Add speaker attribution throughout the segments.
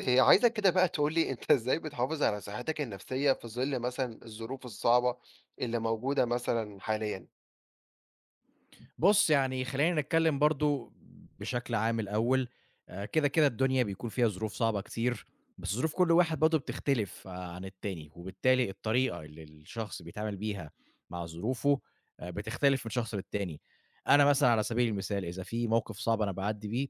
Speaker 1: عايزك كده بقى تقول لي أنت إزاي بتحافظ على صحتك النفسية في ظِل مثلًا الظروف الصعبة اللي موجودة مثلًا حاليًا؟
Speaker 2: بُص، يعني خلّينا نتكلّم برضه بشكل عام الأول. كده، كده الدنيا بيكون فيها ظروف صعبة كتير، بس ظروف كل واحد برضه بتختلف عن التاني، وبالتالي الطريقة اللي الشخص بيتعامل بيها مع ظروفه بتختلف من شخص للتاني. أنا مثلًا على سبيل المثال إذا في موقف صعب أنا باعدّي بيه،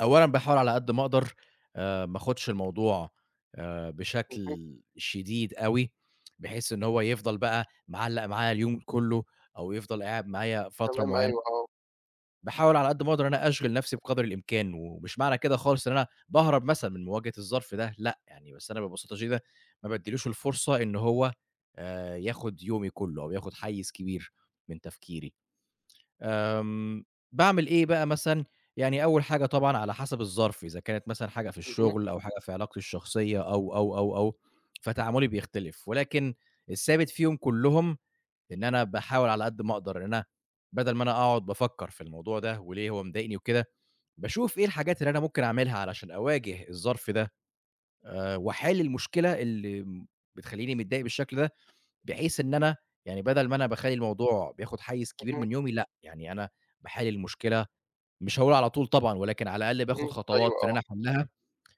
Speaker 2: أولًا باحاول على قد ما أقدر ما آخُدش الموضوع بشكل
Speaker 1: اهم،
Speaker 2: شديد أوي، بحيث إن هو يفضل بقى معلّق معايا اليوم كُلّه أو يفضل قاعد معايا فترة
Speaker 1: تمام،
Speaker 2: معيّنة.
Speaker 1: أيوه، آه.
Speaker 2: باحاول على قد ما أقدر إن أنا أشغِل نَفْسي بقدر الإمكان، ومش معنى كده خالص إن أنا باهرب مثلًا من مواجهة الظرف ده، لأ، يعني بس أنا ببساطة شديدة ما بادّيلوش الفرصة إن هو ياخُد يومي كُلّه أو ياخُد حيّز كبير من تفكيري. آمم باعمل إيه بقى مثلًا؟ يعني أول حاجة طبعًا على حسب الظرف، إذا كانت مثلًا حاجة في
Speaker 1: اهم،
Speaker 2: الشُغل أو حاجة في علاقتي الشخصية أو، فتعامُلي بيختلف، ولكن الثابت فيهم كُلّهم إن أنا باحاول على قد ما أقدر إن أنا بدل ما أنا أقعد بافكّر في الموضوع ده وليه هو مضايقني وكده، باشوف إيه الحاجات اللي أنا ممكن أعملها علشان أواجه الظرف ده وأحل المشكلة اللي بتخلّيني متضايق بالشكل ده، بحيث إن أنا يعني بدل ما أنا باخلّي الموضوع بياخد حيّز كبير
Speaker 1: اهم،
Speaker 2: من يومي لأ، يعني أنا باحل المشكلة. مش هاقول على طول طبعًا، ولكن على الأقل باخد
Speaker 1: اهم،
Speaker 2: خطوات
Speaker 1: أيوه،
Speaker 2: في إن
Speaker 1: آه.
Speaker 2: أنا أحلّها،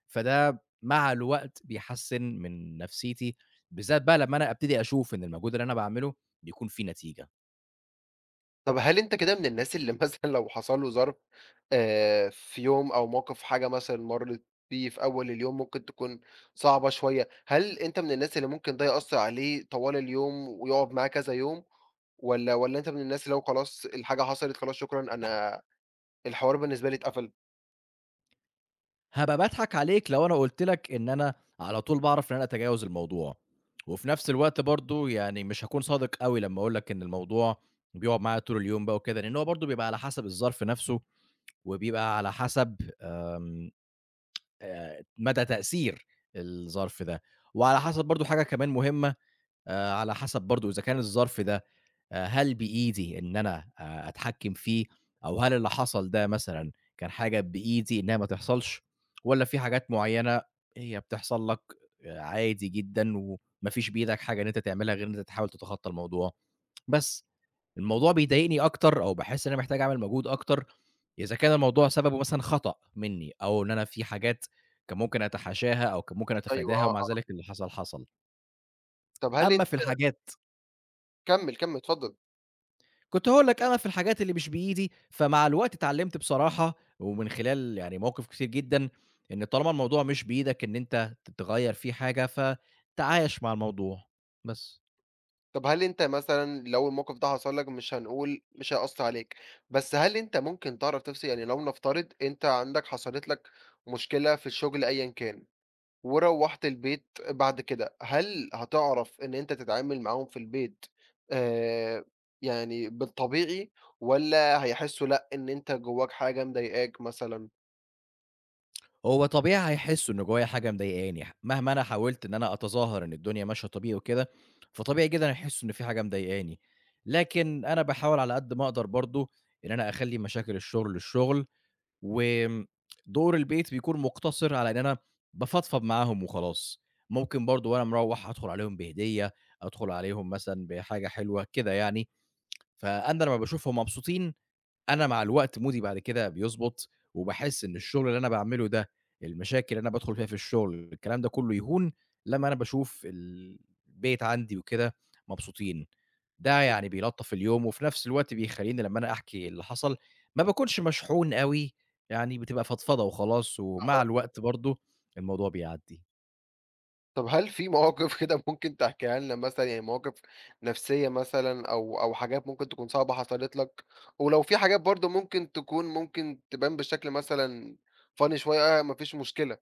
Speaker 2: فده مع الوقت بيحسّن من نفسيتي، بالذات بقى لمّا أنا أبتدي أشوف إن المجهود اللي أنا باعمله بيكون فيه نتيجة.
Speaker 1: طَب هل أنت كده من الناس اللي مثلًا لو حصل له ظرف في يوم أو موقف حاجة مثلًا مرّت بيه في أول اليوم ممكن تكون صعبة شوية، هل أنت من الناس اللي ممكن ده يأثّر عليه طوال اليوم ويقعد معاه كذا يوم والّا أنت من الناس اللي هو خلاص الحاجة حصلت خلاص شكرًا أنا الحوار بالنسبة لي اتقفل؟
Speaker 2: هابقى باضحك عليك لو أنا قُلت لك إن أنا على طول باعرف إن أنا أتجاوز الموضوع، وفي نفس الوقت برضه يعني مش هاكون صادق أوي لمّا أقول لك إن الموضوع بيقعد معايا طول اليوم بقى وكده، لإن هو برضه بيبقى على حسب الظرف نفسه، وبيبقى على حسب آمم مدى تأثير الظرف ده، وعلى حسب برضه حاجة كمان مهمة، على حسب برضه إذا كان الظرف ده هل بإيدي إن أنا أتحكّم فيه، أو هل اللي حصل ده مثلًا كان حاجة بإيدي إنها ما تحصلش، والّا في حاجات معيّنة هي بتحصل لك عادي جدًا وما فيش بإيدك حاجة إن أنت تعملها غير إن أنت تحاول تتخطّى الموضوع؟ بس الموضوع بيضايقني أكتر أو باحس إن أنا محتاج أعمل مجهود أكتر إذا كان الموضوع سببه مثلًا خطأ منّي أو إن أنا في حاجات كان ممكن أتحاشاها أو كان ممكن
Speaker 1: أيوه
Speaker 2: أتفاداها
Speaker 1: آه،
Speaker 2: ومع
Speaker 1: آه.
Speaker 2: ذلك اللي حصل، حصل.
Speaker 1: طب هل
Speaker 2: أمّا
Speaker 1: أنت
Speaker 2: في الحاجات،
Speaker 1: كمّل، كمّل اتفضل.
Speaker 2: كنت هاقول لك أنا في الحاجات اللي مش بإيدي، فمع الوقت اتعلّمت بصراحة ومن خلال يعني مواقف كتير جدًا، إن طالما الموضوع مش بإيدك إن أنت تغيّر فيه حاجة، فتعايش مع الموضوع، بس.
Speaker 1: طب هل أنت مثلًا لو الموقف ده حصل لك مش هنقول مش هيأثّر عليك، بس هل أنت ممكن تعرف تفصل؟ يعني لو نفترض أنت عندك حصلت لك مشكلة في الشغل أيًا كان، وروّحت البيت بعد كده، هل هتعرف إن أنت تتعامل معاهم في البيت آآ، يعني بالطبيعي والّا هيحسّوا لأ، إن أنت جواك حاجة مضايقاك مثلًا؟
Speaker 2: هو طبيعي هيحسّوا إن جوايا حاجة مضايقاني، مهما أنا حاولت إن أنا أتظاهر إن الدنيا ماشية طبيعي وكده، فطبيعي جدًا هيحسّوا إن في حاجة مضايقاني، لكن أنا باحاول على قد ما أقدر برضه إن أنا أخلّي مشاكل الشغل، الشغل وآمم دور البيت بيكون مقتصر على إن أنا بافضفض معاهم وخلاص. ممكن برضه وأنا مروّح أدخل عليهم بهدية، أدخل عليهم مثلًا بحاجة حلوة، كده يعني، فأنا لمّا باشوفهم مبسوطين أنا مع الوقت مودي بعد كده بيضبط، وباحس إن الشغل اللي أنا باعمله ده، المشاكل اللي أنا بادخل فيها في الشغل، الكلام ده كله يهون لمّا أنا باشوف البيت عندي وكده مبسوطين. ده يعني بيلطّف اليوم، وفي نفس الوقت بيخلّيني لمّا أنا أحكي اللي حصل ما باكونش مشحون أوي، يعني بتبقى فضفضة وخلاص، ومع الوقت برضه الموضوع بيعدّي.
Speaker 1: طب هل في مواقف كده ممكن تحكيها لنا مثلًا، يعني مواقف نفسية مثلًا أو حاجات ممكن تكون صعبة حصلت لك، ولو في حاجات برضه ممكن تبان بشكل مثلًا funny شوية آه، ما فيش مشكلة.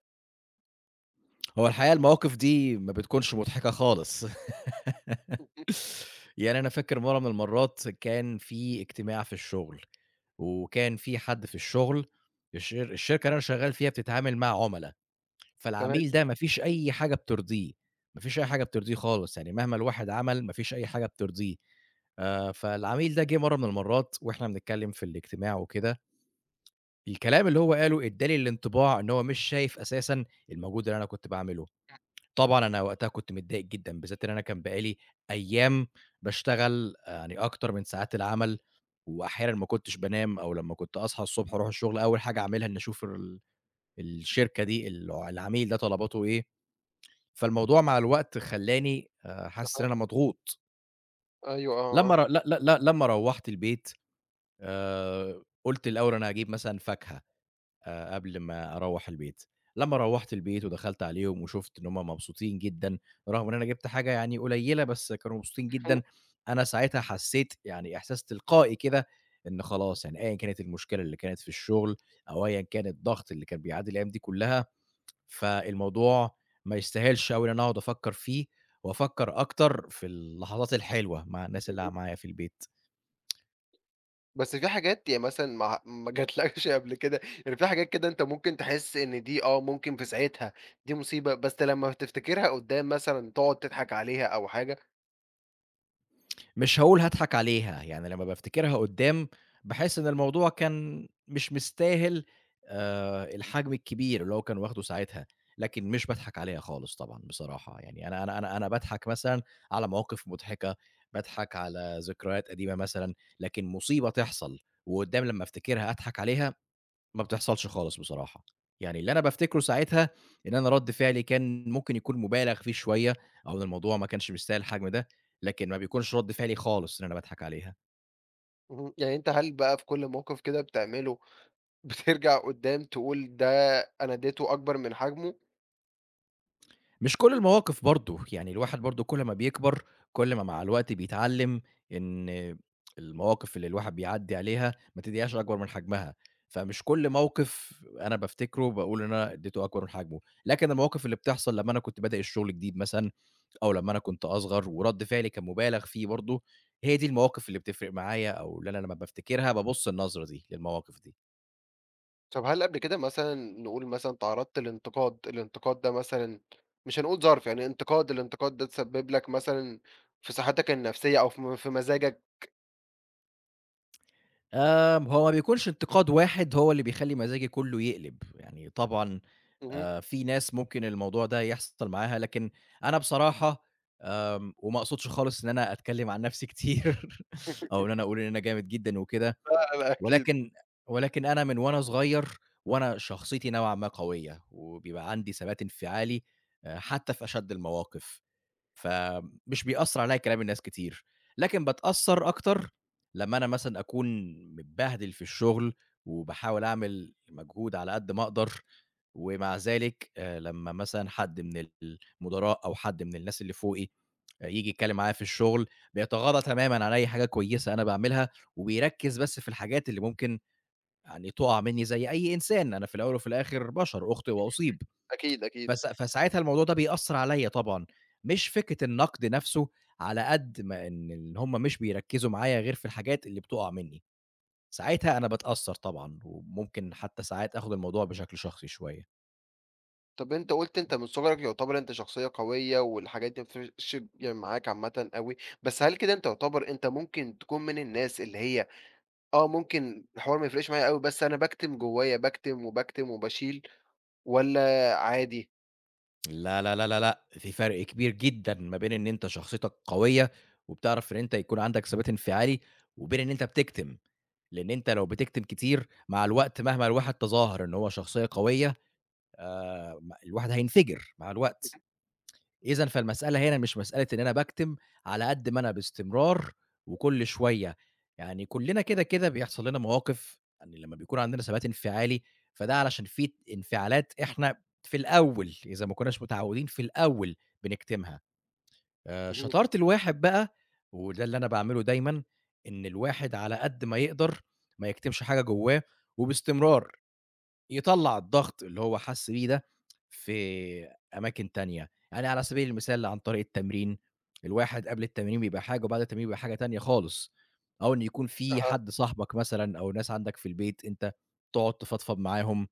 Speaker 2: هو الحقيقة المواقف دي ما بتكونش مضحكة خالص.
Speaker 1: اهم،
Speaker 2: يعني أنا فاكر مرّة من المرّات كان في اجتماع في الشغل. وكان في حد في الشغل، الشركة اللي أنا شغال فيها بتتعامل مع عُملا،
Speaker 1: تمام،
Speaker 2: فالعميل ده ما فيش أي حاجة بترضيه، ما فيش أي حاجة بترضيه خالص، يعني مهما الواحد عمل ما فيش أي حاجة بترضيه. فالعميل ده جِه مرّة من المرّات وإحنا بنتكلم في الاجتماع وكده، الكلام اللي هو قاله ادّى لي الانطباع إن هو مش شايف أساسًا المجهود اللي أنا كنت باعمله. طبعًا أنا وقتها كنت متضايق جدًا، بالذات إن أنا كان بقى لي أيام باشتغل يعني أكتر من ساعات العمل، وأحيانًا ما كنتش بانام أو لمّا كنت أصحى الصبح أروح الشغل أول حاجة أعملها إني أشوف الشركة دي، العميل ده طلباته إيه، فالموضوع مع الوقت خلّاني حاسس إن
Speaker 1: أها،
Speaker 2: أنا مضغوط.
Speaker 1: أيوه، آه، آه،
Speaker 2: لمّا ر ل ل ل لمّا روّحت البيت قُلت الأول أنا هاجيب مثلًا فاكهة، قبل ما أروّح البيت. لمّا روّحت البيت ودخلت عليهم وشُفت إن هُم مبسوطين جدًا، رغم إن أنا جِبت حاجة يعني قليّلة، بس كانوا مبسوطين
Speaker 1: اهم،
Speaker 2: جدًا. أنا ساعتها حسّيت يعني إحساس تلقائي كده إن خلاص، يعني أيًا كانت المشكلة اللي كانت في الشغل أو أيًا كان الضغط اللي كان بيعدّي الأيام دي كُلّها، فالموضوع ما يستاهلش أوي إن أنا أقعد أفكّر فيه وأفكّر أكتر في اللحظات الحلوة مع الناس اللي
Speaker 1: اهم.
Speaker 2: معايا في البيت.
Speaker 1: بس في حاجات يعني مثلًا ما جاتلكش قبل كده، يعني في حاجات كده أنت ممكن تحس إن دي آه، ممكن في ساعتها دي مصيبة، بس لمّا تفتكرها قدّام مثلًا تقعد تضحك عليها أو حاجة؟
Speaker 2: مش هاقول هاضحك عليها، يعني لمّا بافتكرها قدّام باحس إن الموضوع كان مش مستاهل الحجم الكبير اللي هو كان واخده ساعتها، لكن مش باضحك عليها خالص طبعًا بصراحة، يعني أنا باضحك مثلًا على مواقف مضحكة، باضحك على ذكريات قديمة مثلًا، لكن مصيبة تحصل وقدّام لمّا افتكرها أضحك عليها ما بتحصلش خالص بصراحة. يعني اللي أنا بافتكره ساعتها إن أنا رَد فعلي كان ممكن يكون مُبالغ فيه شوية أو إن الموضوع ما كانش مستاهل الحجم ده، لكن ما بيكونش رَد فعلي خالص إن أنا باضحك عليها.
Speaker 1: اهم، يعني أنت هل بقى في كل موقف كده بتعمله بترجع قدّام تقول ده أنا اديته أكبر من حجمه،
Speaker 2: مش كل المواقف برضه، يعني الواحد برضه كل ما بيكبر، كل ما مع الوقت بيتعلّم إن المواقف اللي الواحد بيعدّي عليها ما تدّيهاش أكبر من حجمها، فمش كل موقف أنا بافتكره باقول إن أنا ادّيته أكبر من حجمه، لكن المواقف اللي بتحصل لمّا أنا كنت بادئ الشغل جديد مثلًا، أو لمّا أنا كنت أصغر ورَد فعلي كان مبالغ فيه برضه، هي دي المواقف اللي بتفرق معايا أو اللي أنا لمّا بافتكرها بابُص النظرة دي للمواقف دي.
Speaker 1: طب هل قبل كده مثلًا نقول مثلًا تعرضت لانتقاد، الانتقاد ده مثلًا مش هنقول ظرف يعني انتقاد، الانتقاد ده تسبب لك مثلًا في صحتك النفسية أو في مزاجك؟
Speaker 2: هو ما بيكونش انتقاد واحد هو اللي بيخلّي مزاجي كلّه يقلب، يعني طبعًا
Speaker 1: اهم.
Speaker 2: في ناس ممكن الموضوع ده يحصل معاها، لكن أنا بصراحة، وما أقصدش خالص إن أنا أتكلّم عن نَفْسي كتير أو إن أنا أقول إن أنا جامد جدًا وكده،
Speaker 1: لا، لا أكيد،
Speaker 2: ولكن أنا من وأنا صغير وأنا شخصيتي نوعًا ما قوية، وبيبقى عندي ثبات انفعالي حتى في أشَد المواقف. فمش بيأثّر عليّا كلام الناس كتير، لكن باتأثّر أكتر لمّا أنا مثلًا أكون متبهدل في الشغل، وباحاول أعمل مجهود على قد ما أقدر، ومع ذلك لمّا مثلًا حد من المُدراء أو حد من الناس اللي فوقي ييجي يتكلّم معايا في الشغل، بيتغاضى تمامًا عن أي حاجة كويسة أنا باعملها، وبيركّز بس في الحاجات اللي ممكن يعني تُقع منّي زي أي إنسان، أنا في الأول وفي الآخر بشر، أُخطئ وأصيب.
Speaker 1: أكيد، أكيد.
Speaker 2: فساعتها الموضوع ده بيأثّر عليّا طبعًا، مش فكرة النقد نَفْسه على قد ما إن هم مش بيركّزوا معايا غير في الحاجات اللي بتُقع منّي، ساعتها أنا باتأثّر طبعًا، وممكن حتّى ساعات آخُد الموضوع بشكل شخصي شوية.
Speaker 1: طب أنت قُلت أنت من صغرك يعتبر أنت شخصية قوية والحاجات دي ما بتفرقش يعني معاك عامةً أوي، بس هل كده أنت يعتبر أنت ممكن تكون من الناس اللي هي آه، ممكن الحوار ما يفرقش معايا أوي بس أنا باكتم جوايا، باكتم وباكتم وباشيل؟ والّا عادي؟
Speaker 2: لا، لا، لا، لا، لأ، في فرق كبير جدًا ما بين إن أنت شخصيتك قوية وبتعرف إن أنت يكون عندك ثبات انفعالي، وبين إن أنت بتكتم، لإن أنت لو بتكتم كتير مع الوقت مهما الواحد تظاهر إن هو شخصية قوية، الواحد هينفجر مع الوقت. إذًا فالمسألة هنا مش مسألة إن أنا باكتم، على قد ما أنا باستمرار وكل شوية، يعني كلّنا كده، كده بيحصل لنا مواقف يعني لمّا بيكون عندنا ثبات انفعالي، فده علشان في انفعالات إحنا في الأول إذا ما كناش متعودين في الأول بنكتمها،
Speaker 1: اهم،
Speaker 2: شطارة الواحد بقى وده اللي أنا باعمله دايمًا، إن الواحد على قد ما يقدر ما يكتمش حاجة جوّاه وباستمرار، يطلّع الضغط اللي هو حَس بيه ده في أماكن تانية، يعني على سبيل المثال عن طريق التمرين. الواحد قبل التمرين بيبقى حاجة وبعد التمرين بيبقى حاجة تانية خالص، أو إن يكون في
Speaker 1: أها،
Speaker 2: حد صاحبك مثلًا أو ناس عندك في البيت أنت تقعد تفضفض معاهم.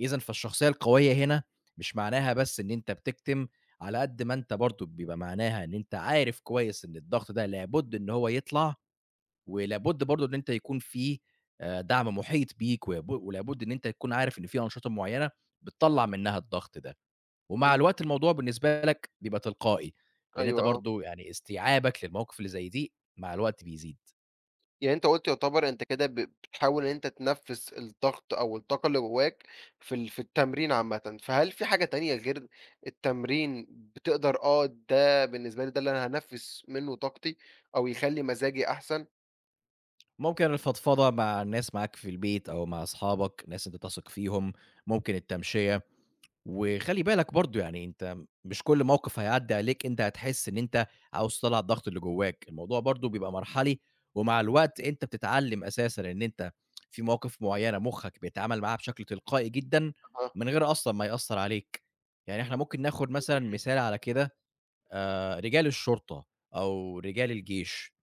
Speaker 2: إذًا فالشخصية القوية هنا مش معناها بس إن أنت بتكتم، على قد ما أنت برضه بيبقى معناها إن أنت عارف كويس إن الضغط ده لابد إن هو يطلع، ولابد برضه إن أنت يكون في دعم محيط بيك، ولابد إن أنت تكون عارف إن في أنشطة معيّنة بتطلّع منها الضغط ده، ومع
Speaker 1: اهم،
Speaker 2: الوقت الموضوع بالنسبة لك بيبقى تلقائي، لإن أنت
Speaker 1: أيوه، آه.
Speaker 2: برضه يعني استيعابك للمواقف اللي زي دي مع الوقت بيزيد.
Speaker 1: يعني أنت قُلت يعتبر أنت كده بتحاول إن أنت تنفّس الضغط أو الطاقة اللي جواك في التمرين عامةً، فهل في حاجة تانية غير التمرين بتقدر آه، ده بالنسبة لي ده اللي أنا هانفّس منه طاقتي أو يخلّي مزاجي أحسن؟
Speaker 2: ممكن الفضفضة مع الناس معاك في البيت أو مع أصحابك، ناس أنت تثق فيهم، ممكن التمشية. وخلّي بالك برضه يعني أنت مش كل موقف هيعدّي عليك أنت هتحس إن أنت عاوز تطلّع الضغط اللي جواك، الموضوع برضه بيبقى مرحلي، ومع الوقت أنت بتتعلّم أساسًا إن أنت في مواقف معيّنة مُخّك بيتعامل معاها بشكل تلقائي جدًا،
Speaker 1: أها،
Speaker 2: من غير أصلًا ما يأثّر عليك. يعني إحنا ممكن ناخد مثلًا مثال على كده. رجال الشرطة أو رجال الجيش،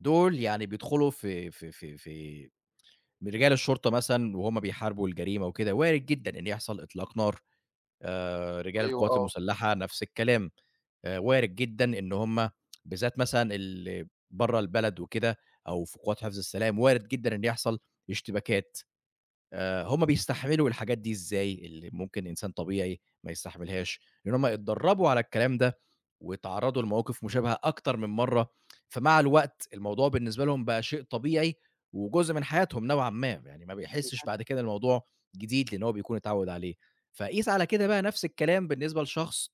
Speaker 2: دول يعني بيدخلوا في من رجال الشرطة مثلًا وهُم بيحاربوا الجريمة وكده، وارد جدًا إن يحصل إطلاق نار. رجال
Speaker 1: أيوه،
Speaker 2: القوات
Speaker 1: آه،
Speaker 2: المسلحة نفس الكلام. وارد جدًا إن هُم بالذات مثلًا اللي برّه البلد وكده أو في قوات حفظ السلام، وارد جدًا إن يحصل اشتباكات. هُم بيستحملوا الحاجات دي إزاي، اللي ممكن إنسان طبيعي ما يستحملهاش، لإن هُم اتدربوا على الكلام ده، واتعرضوا لمواقف مشابهة أكتر من مرّة، فمع الوقت الموضوع بالنسبة لهم بقى شيء طبيعي، وجزء من حياتهم نوعًا ما، يعني ما بيحسش بعد كده الموضوع جديد، لإن هو بيكون اتعود عليه. فقيس على كده بقى نفس الكلام بالنسبة لشخص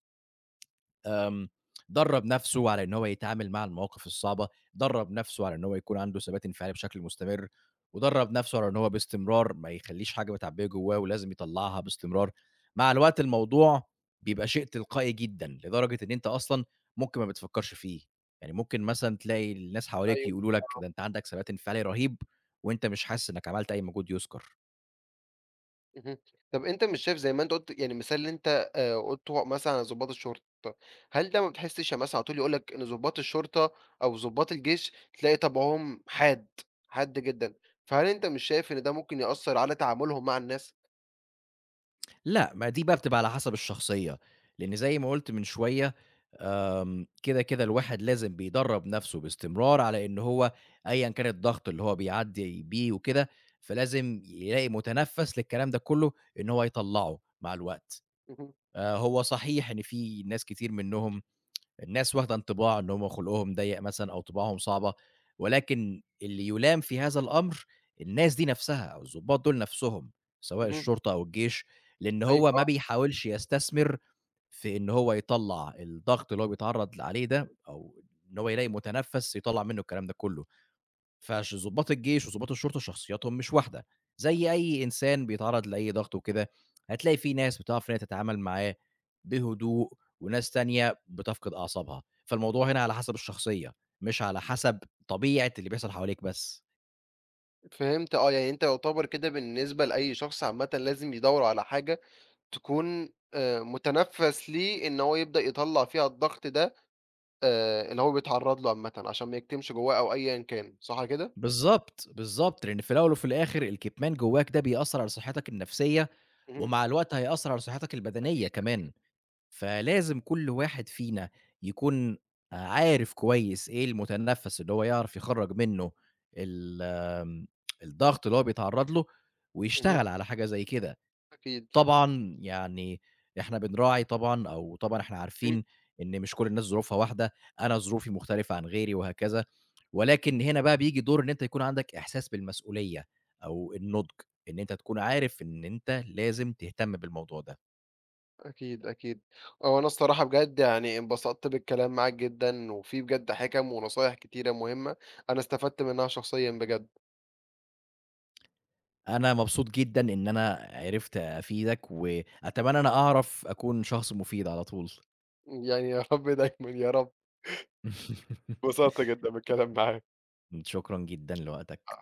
Speaker 2: آمم، درّب نَفْسه على إن هو يتعامل مع المواقف الصعبة، درّب نَفْسه على إن هو يكون عنده ثبات انفعالي بشكل مستمر، ودرّب نَفْسه على إن هو باستمرار ما يخلّيش حاجة متعبّية جوّاه ولازم يطلّعها باستمرار. مع الوقت الموضوع بيبقى شيء تلقائي جدًا، لدرجة إن أنت أصلًا ممكن ما بتفكّرش فيه، يعني ممكن مثلًا تلاقي الناس حواليك
Speaker 1: أيوه،
Speaker 2: يقولوا لك
Speaker 1: آه.
Speaker 2: ده أنت عندك ثبات انفعالي رهيب وأنت مش حاسس إنّك عملت أي مجهود يُذكر.
Speaker 1: اهم. طب أنت مش شايف زي ما أنت قُلت يعني المثال اللي أنت قُلته مثلًا على ضباط الشرطة، هل ده ما بتحسّش يعني مثلًا على طول يقول لك إن ضباط الشرطة أو ضباط الجيش تلاقي طبعهم حاد، حاد جدًا، فهل أنت مش شايف إن ده ممكن يأثّر على تعاملهم مع الناس؟
Speaker 2: لأ، ما دي بقى بتبقى على حسب الشخصية، لإن زي ما قُلت من شوية كده، كده الواحد لازم بيدرّب نَفْسه باستمرار على إن هو أيًا كان الضغط اللي هو بيعدّي بيه وكده، فلازم يلاقي متنفّس للكلام ده كُلّه إن هو يطلّعه مع الوقت.
Speaker 1: اهم،
Speaker 2: هو صحيح إن في ناس كتير منّهم الناس واخدة انطباع إن هم خُلقهم ضيّق مثلًا أو طباعهم صعبة، ولكن اللي يُلام في هذا الأمر الناس دي نَفْسها أو الضباط دول نَفْسهم، سواء
Speaker 1: اهم،
Speaker 2: الشرطة أو الجيش، لإن
Speaker 1: أيوه
Speaker 2: هو ما
Speaker 1: آه،
Speaker 2: بيحاولش يستثمر في إن هو يطلّع الضغط اللي هو بيتعرّض عليه ده أو إن هو يلاقي متنفّس يطلّع منّه الكلام ده كُلّه. ضباط الجيش وضباط الشرطة شخصياتهم مش واحدة، زي أي إنسان بيتعرّض لأي ضغط وكده، هتلاقي في ناس بتعرف إن هي تتعامل معاه بهدوء، وناس تانية بتفقد أعصابها، فالموضوع هنا على حسب الشخصية، مش على حسب طبيعة اللي بيحصل حواليك بس.
Speaker 1: فهمت آه، يعني أنت يعتبر كده بالنسبة لأي شخص عامةً لازم يدوّر على حاجة تكون متنفّس ليه إن هو يبدأ يطلّع فيها الضغط ده اللي هو بيتعرّض له عامةً، عشان ما يكتمش جوّاه أو أيًا كان، صح كده؟
Speaker 2: بالضبط، بالضبط، لإن في الأول وفي الآخر الكتمان جواك ده بيأثّر على صحتك النفسية،
Speaker 1: اهم،
Speaker 2: ومع الوقت هيأثّر على صحتك البدنية كمان. فلازم كل واحد فينا يكون عارف كويس إيه المتنفس اللي هو يعرف يخرّج منه ال آمم، الضغط اللي هو بيتعرّض له،
Speaker 1: اهم،
Speaker 2: ويشتغل على حاجة زي كده.
Speaker 1: أكيد،
Speaker 2: طبعًا يعني إحنا بنراعي طبعًا، أو طبعًا إحنا
Speaker 1: إمم،
Speaker 2: عارفين إن مش كل الناس ظروفها واحدة، أنا ظروفي مختلفة عن غيري وهكذا، ولكن هنا بقى بييجي دور إن أنت يكون عندك إحساس بالمسؤولية أو النُضج، إن أنت تكون عارف إن أنت لازم تهتم بالموضوع ده.
Speaker 1: أكيد، أكيد. هو أنا الصراحة بجد يعني انبسطت بالكلام معاك جدًا، وفي بجد حِكَم ونصايح كتيرة مهمة، أنا استفدت منها شخصيًا بجد،
Speaker 2: أنا مبسوط جدًا إن أنا عرفت أفيدك، وأتمنى أنا أعرف أكون شخص مفيد على طول.
Speaker 1: يعني يا رب دايمًا يا رب، اتبسطت جدًا بالكلام معاك.
Speaker 2: شكرًا جدًا لوقتك.